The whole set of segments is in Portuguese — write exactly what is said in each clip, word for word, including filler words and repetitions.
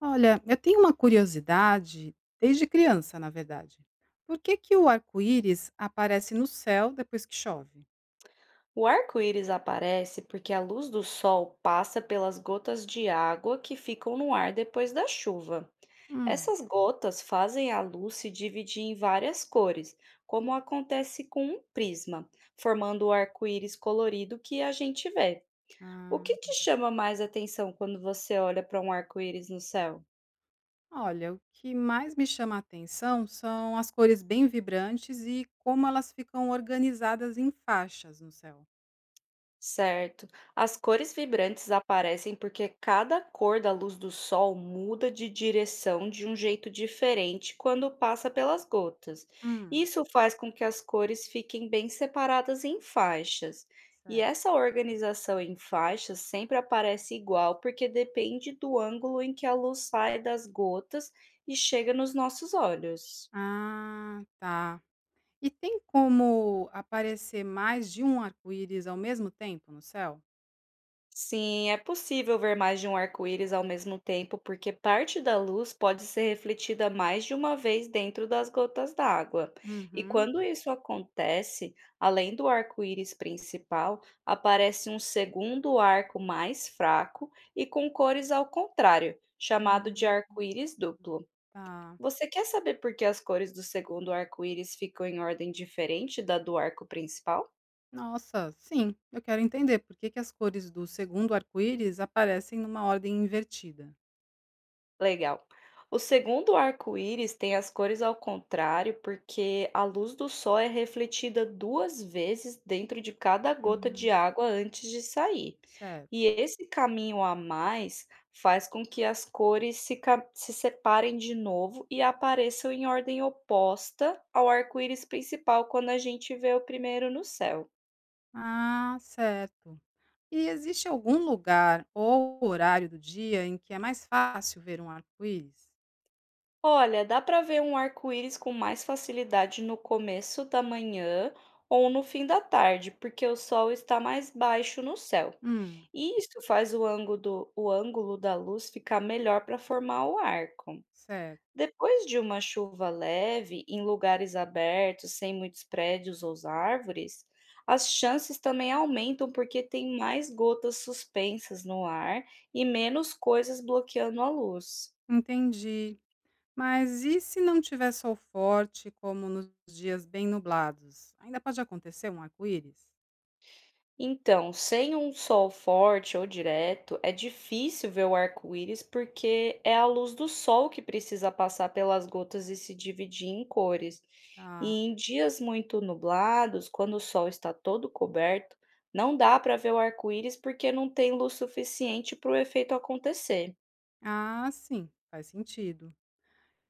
Olha, eu tenho uma curiosidade, desde criança, na verdade. Por que que o arco-íris aparece no céu depois que chove? O arco-íris aparece porque a luz do sol passa pelas gotas de água que ficam no ar depois da chuva. Hum. Essas gotas fazem a luz se dividir em várias cores, como acontece com um prisma, formando o arco-íris colorido que a gente vê. O que te Ah, chama mais atenção quando você olha para um arco-íris no céu? olha, o que mais me chama a atenção são as cores bem vibrantes e como elas ficam organizadas em faixas no céu. Certo. As cores vibrantes aparecem porque cada cor da luz do sol muda de direção de um jeito diferente quando passa pelas gotas. Hum. Isso faz com que as cores fiquem bem separadas em faixas. E Certo. essa organização em faixas sempre aparece igual porque depende do ângulo em que a luz sai das gotas e chega nos nossos olhos. Ah, tá. E tem como aparecer mais de um arco-íris ao mesmo tempo no céu? Sim, é possível ver mais de um arco-íris ao mesmo tempo, porque parte da luz pode ser refletida mais de uma vez dentro das gotas d'água. E Uhum. quando isso acontece, além do arco-íris principal, aparece um segundo arco mais fraco e com cores ao contrário, chamado de Hum. arco-íris duplo. Tá. Você quer saber por que as cores do segundo arco-íris ficam em ordem diferente da do arco principal? Nossa, sim, eu quero entender por que que as cores do segundo arco-íris aparecem numa ordem invertida. Legal. O segundo arco-íris tem as cores ao contrário, porque a luz do sol é refletida duas vezes dentro de cada gota Hum. de água antes de sair. Certo. E esse caminho a mais faz com que as cores se, ca- se separem de novo e apareçam em ordem oposta ao arco-íris principal quando a gente vê o primeiro no céu. Ah, certo. E existe algum lugar ou horário do dia em que é mais fácil ver um arco-íris? Olha, dá para ver um arco-íris com mais facilidade no começo da manhã ou no fim da tarde, porque o sol está mais baixo no céu. Hum. E isso faz o ângulo, do- o ângulo da luz ficar melhor para formar o arco. Certo. Depois de uma chuva leve, em lugares abertos, sem muitos prédios ou árvores, as chances também aumentam porque tem mais gotas suspensas no ar e menos coisas bloqueando a luz. Entendi. Mas e se não tiver sol forte, como nos dias bem nublados? Ainda pode acontecer um arco-íris? Então, sem um sol forte ou direto, é difícil ver o arco-íris porque é a luz do sol que precisa passar pelas gotas e se dividir em cores. Tá. E em dias muito nublados, quando o sol está todo coberto, não dá para ver o arco-íris porque não tem luz suficiente para o efeito acontecer. Ah, sim, faz sentido.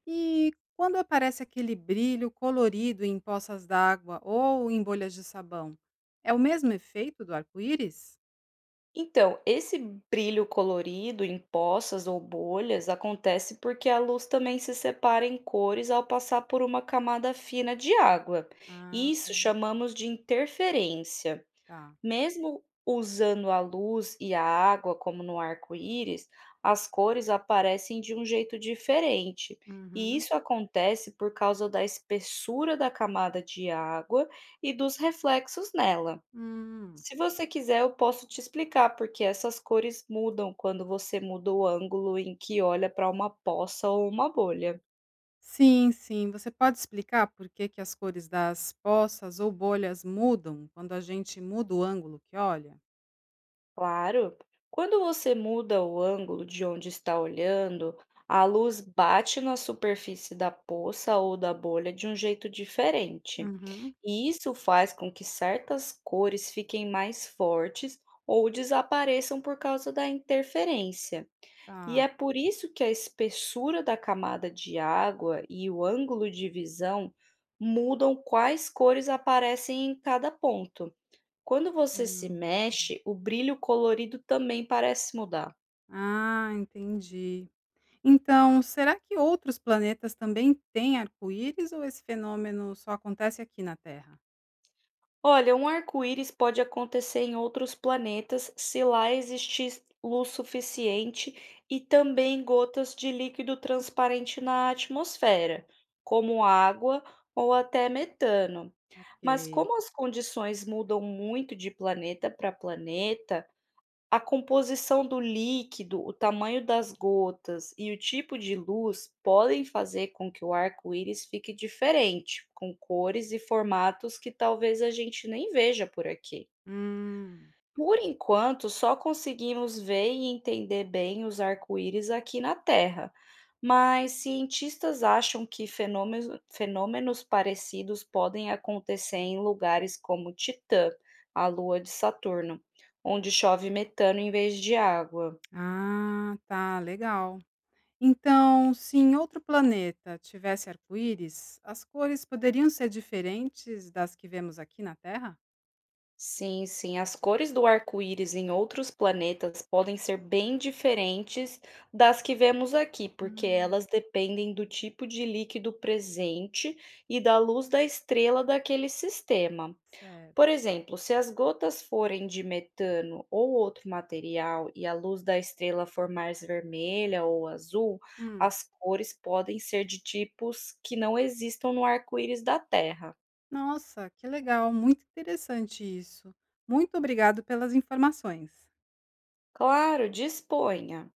E quando aparece aquele brilho colorido em poças d'água ou em bolhas de sabão, é o mesmo efeito do arco-íris? Então, esse brilho colorido em poças ou bolhas acontece porque a luz também se separa em cores ao passar por uma camada fina de água. Ah, Isso chamamos de interferência. tá. Mesmo usando a luz e a água como no arco-íris, as cores aparecem de um jeito diferente. E Uhum. isso acontece por causa da espessura da camada de água e dos reflexos nela. Hum. Se você quiser, eu posso te explicar, porque essas cores mudam quando você muda o ângulo em que olha para uma poça ou uma bolha. Sim, sim. Você pode explicar por que, que as cores das poças ou bolhas mudam quando a gente muda o ângulo que olha? Claro, quando você muda o ângulo de onde está olhando, a luz bate na superfície da poça ou da bolha de um jeito diferente. Uhum. E isso faz com que certas cores fiquem mais fortes ou desapareçam por causa da interferência. E Tá. é por isso que a espessura da camada de água e o ângulo de visão mudam quais cores aparecem em cada ponto. Quando você se Hum. mexe, o brilho colorido também parece mudar. Ah, entendi. Então, será que outros planetas também têm arco-íris ou esse fenômeno só acontece aqui na Terra? Olha, um arco-íris pode acontecer em outros planetas se lá existir luz suficiente e também gotas de líquido transparente na atmosfera, como água ou até metano. Mas Ok. como as condições mudam muito de planeta para planeta, a composição do líquido, o tamanho das gotas e o tipo de luz podem fazer com que o arco-íris fique diferente, com cores e formatos que talvez a gente nem veja por aqui. Hum. Por enquanto, só conseguimos ver e entender bem os arco-íris aqui na Terra, mas cientistas acham que fenômenos, fenômenos parecidos podem acontecer em lugares como Titã, a lua de Saturno, onde chove metano em vez de água. Ah, tá, legal. Então, se em outro planeta tivesse arco-íris, as cores poderiam ser diferentes das que vemos aqui na Terra? Sim, sim. As cores do arco-íris em outros planetas podem ser bem diferentes das que vemos aqui, porque Hum. elas dependem do tipo de líquido presente e da luz da estrela daquele sistema. Certo. Por exemplo, se as gotas forem de metano ou outro material e a luz da estrela for mais vermelha ou azul, Hum. as cores podem ser de tipos que não existam no arco-íris da Terra. Nossa, que legal, muito interessante isso. Muito obrigado pelas informações. Claro, disponha.